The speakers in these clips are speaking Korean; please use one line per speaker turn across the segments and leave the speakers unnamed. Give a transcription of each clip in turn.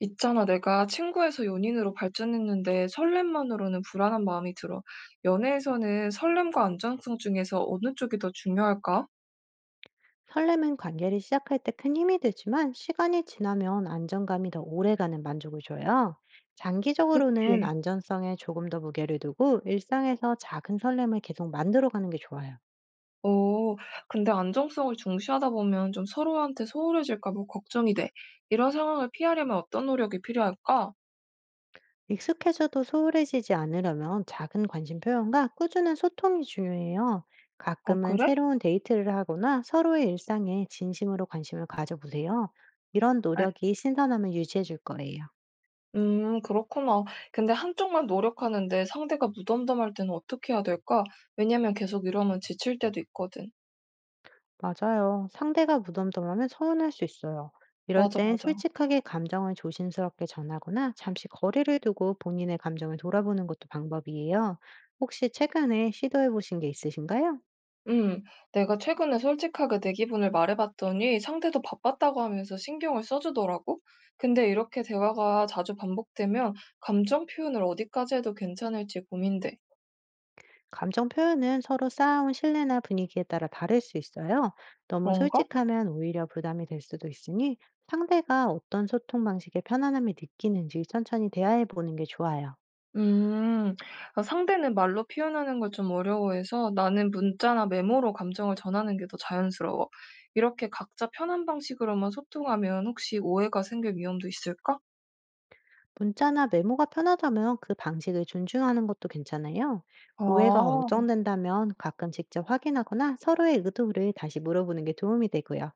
있잖아, 내가 친구에서 연인으로 발전했는데 설렘만으로는 불안한 마음이 들어. 연애에서는 설렘과 안정성 중에서 어느 쪽이 더 중요할까?
설렘은 관계를 시작할 때 큰 힘이 되지만 시간이 지나면 안정감이 더 오래가는 만족을 줘요. 장기적으로는
그치?
안전성에 조금 더 무게를 두고 일상에서 작은 설렘을 계속 만들어가는 게 좋아요.
어, 근데 안정성을 중시하다 보면 좀 서로한테 소홀해질까 뭐 걱정이 돼. 이런 상황을 피하려면 어떤 노력이 필요할까?
익숙해져도 소홀해지지 않으려면 작은 관심 표현과 꾸준한 소통이 중요해요.
아,
가끔은
그래?
새로운 데이트를 하거나 서로의 일상에 진심으로 관심을 가져보세요. 이런
알-
노력이 신선함을 유지해 줄 거예요.
그렇구나. 근데 한쪽만 노력하는데 상대가 무덤덤할 때는 어떻게 해야 될까? 왜냐면 계속 이러면 지칠 때도 있거든.
맞아요. 상대가 무덤덤하면 서운할 수 있어요. 이럴
맞아,
땐
맞아.
솔직하게 감정을 조심스럽게 전하거나 잠시 거리를 두고 본인의 감정을 돌아보는 것도 방법이에요. 혹시 최근에 시도해 보신 게 있으신가요?
음, 내가 최근에 솔직하게 내 기분을 말해봤더니 상대도 바빴다고 하면서 신경을 써주더라고. 근데 이렇게 대화가 자주 반복되면 감정 표현을 어디까지 해도 괜찮을지 고민돼.
감정 표현은 서로 쌓아온 신뢰나 분위기에 따라 다를 수 있어요. 너무
그런가?
솔직하면 오히려 부담이 될 수도 있으니 상대가 어떤 소통 방식에 편안함이 느끼는지 천천히 대화해 보는 게 좋아요.
음, 아, 상대는 말로 표현하는 걸 좀 어려워해서 나는 문자나 메모로 감정을 전하는 게 더 자연스러워. 이렇게 각자 편한 방식으로만 소통하면 혹시 오해가 생길 위험도 있을까?
문자나 메모가 편하다면 그 방식을 존중하는 것도 괜찮아요. 오해가
아.
걱정된다면 가끔 직접 확인하거나 서로의 의도를 다시 물어보는 게 도움이 되고요.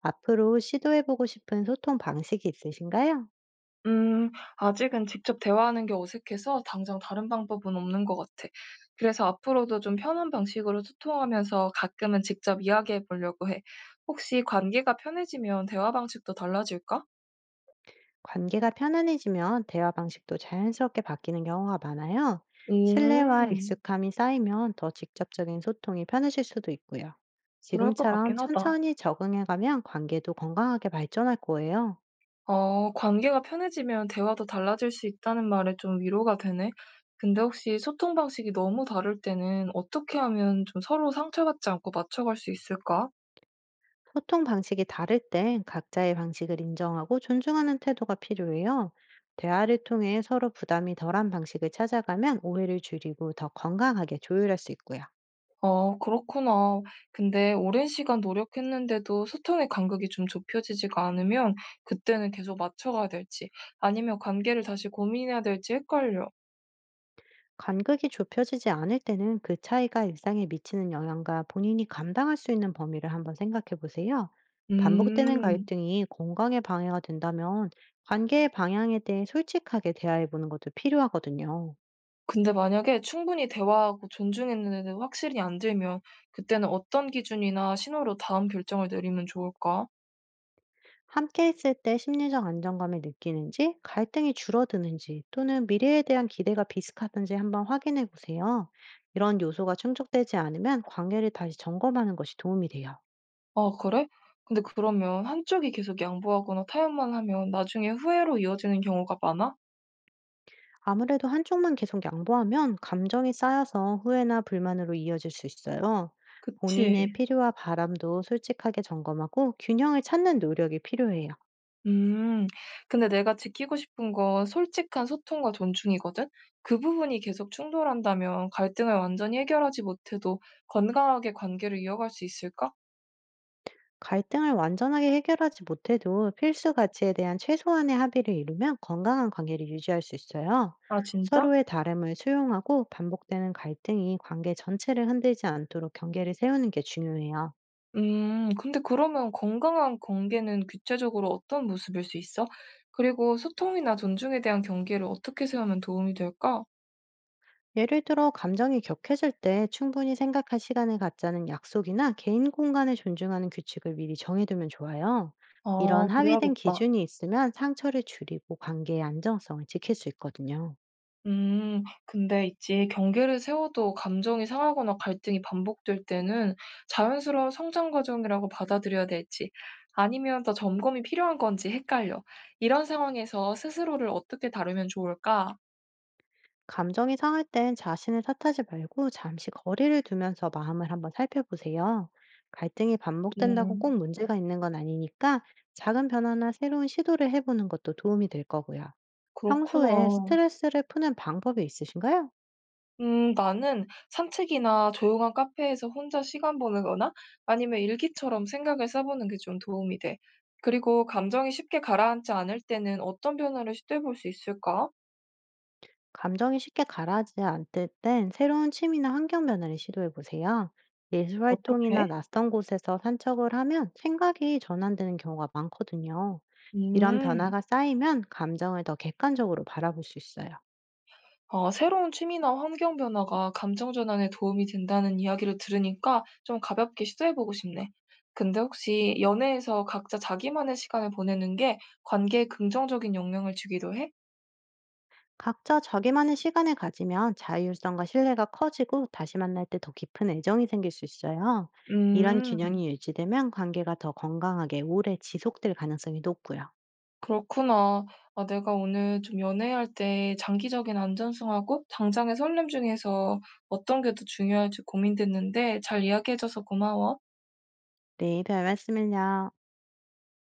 앞으로 시도해보고 싶은 소통 방식이 있으신가요?
음 아직은 직접 대화하는 게 어색해서 당장 다른 방법은 없는 것 같아. 그래서 앞으로도 좀 편한 방식으로 소통하면서 가끔은 직접 이야기해 보려고 해. 혹시 관계가 편해지면 대화 방식도 달라질까?
관계가 편안해지면 대화 방식도 자연스럽게 바뀌는 경우가 많아요. 신뢰와
음,
익숙함이 쌓이면 더 직접적인 소통이 편해질 수도 있고요.
그럴 것
지금처럼
같긴 하다.
천천히 적응해가면 관계도 건강하게 발전할 거예요.
관계가 편해지면 대화도 달라질 수 있다는 말에 좀 위로가 되네. 근데 혹시 소통 방식이 너무 다를 때는 어떻게 하면 좀 서로 상처받지 않고 맞춰갈 수 있을까?
소통 방식이 다를 땐 각자의 방식을 인정하고 존중하는 태도가 필요해요. 대화를 통해 서로 부담이 덜한 방식을 찾아가면 오해를 줄이고 더 건강하게 조율할 수 있고요.
그렇구나. 근데 오랜 시간 노력했는데도 소통의 간극이 좀 좁혀지지가 않으면 그때는 계속 맞춰가야 될지 아니면 관계를 다시 고민해야 될지 헷갈려.
간극이 좁혀지지 않을 때는 그 차이가 일상에 미치는 영향과 본인이 감당할 수 있는 범위를 한번 생각해 보세요. 반복되는
음,
갈등이 건강에 방해가 된다면 관계의 방향에 대해 솔직하게 대화해 보는 것도 필요하거든요.
근데 만약에 충분히 대화하고 존중했는데도 확실히 안 들면 그때는 어떤 기준이나 신호로 다음 결정을 내리면 좋을까?
함께 있을 때 심리적 안정감을 느끼는지, 갈등이 줄어드는지, 또는 미래에 대한 기대가 비슷하든지 한번 확인해 보세요. 이런 요소가 충족되지 않으면 관계를 다시 점검하는 것이 도움이 돼요.
아, 그래? 근데 그러면 한쪽이 계속 양보하거나 타협만 하면 나중에 후회로 이어지는 경우가 많아?
아무래도 한쪽만 계속 양보하면 감정이 쌓여서 후회나 불만으로 이어질 수 있어요.
그치.
본인의 필요와 바람도 솔직하게 점검하고 균형을 찾는 노력이 필요해요.
음. 근데 내가 지키고 싶은 건 솔직한 소통과 존중이거든? 그 부분이 계속 충돌한다면 갈등을 완전히 해결하지 못해도 건강하게 관계를 이어갈 수 있을까?
갈등을 완전하게 해결하지 못해도 필수 가치에 대한 최소한의 합의를 이루면 건강한 관계를 유지할 수 있어요.
아, 진짜?
서로의 다름을 수용하고 반복되는 갈등이 관계 전체를 흔들지 않도록 경계를 세우는 게 중요해요.
근데 그러면 건강한 관계는 구체적으로 어떤 모습일 수 있어? 그리고 소통이나 존중에 대한 경계를 어떻게 세우면 도움이 될까?
예를 들어, 감정이 격해질 때 충분히 생각할 시간을 갖자는 약속이나 개인 공간을 존중하는 규칙을 미리 정해두면 좋아요. 이런
아,
합의된
그래야겠다.
기준이 있으면 상처를 줄이고 관계의 안정성을 지킬 수 있거든요.
음. 근데 있지 경계를 세워도 감정이 상하거나 갈등이 반복될 때는 자연스러운 성장 과정이라고 받아들여야 될지 아니면 더 점검이 필요한 건지 헷갈려. 이런 상황에서 스스로를 어떻게 다루면 좋을까?
감정이 상할 땐 자신을 탓하지 말고 잠시 거리를 두면서 마음을 한번 살펴보세요. 갈등이 반복된다고
음.
꼭 문제가 있는 건 아니니까 작은 변화나 새로운 시도를 해보는 것도 도움이 될 거고요. 평소에
그렇구나.
스트레스를 푸는 방법이 있으신가요?
나는 산책이나 조용한 카페에서 혼자 시간 보내거나 아니면 일기처럼 생각을 써보는 게 좀 도움이 돼. 그리고 감정이 쉽게 가라앉지 않을 때는 어떤 변화를 시도해 볼 수 있을까?
감정이 쉽게 가라앉지 않을 땐 새로운 취미나 환경 변화를 시도해 보세요. 예술
어떻게?
활동이나 낯선 곳에서 산책을 하면 생각이 전환되는 경우가 많거든요. 이런
음,
변화가 쌓이면 감정을 더 객관적으로 바라볼 수 있어요.
아, 새로운 취미나 환경 변화가 감정 전환에 도움이 된다는 이야기를 들으니까 좀 가볍게 시도해보고 싶네. 근데 혹시 연애에서 각자 자기만의 시간을 보내는 게 관계에 긍정적인 영향을 주기도 해?
각자 자기만의 시간을 가지면 자율성과 신뢰가 커지고 다시 만날 때 더 깊은 애정이 생길 수 있어요. 이런
음,
균형이 유지되면 관계가 더 건강하게 오래 지속될 가능성이 높고요.
그렇구나. 아, 내가 오늘 좀 연애할 때 장기적인 안전성하고 당장의 설렘 중에서 어떤 게 더 중요할지 고민됐는데 잘 이야기해줘서 고마워.
네, 별 말씀을요.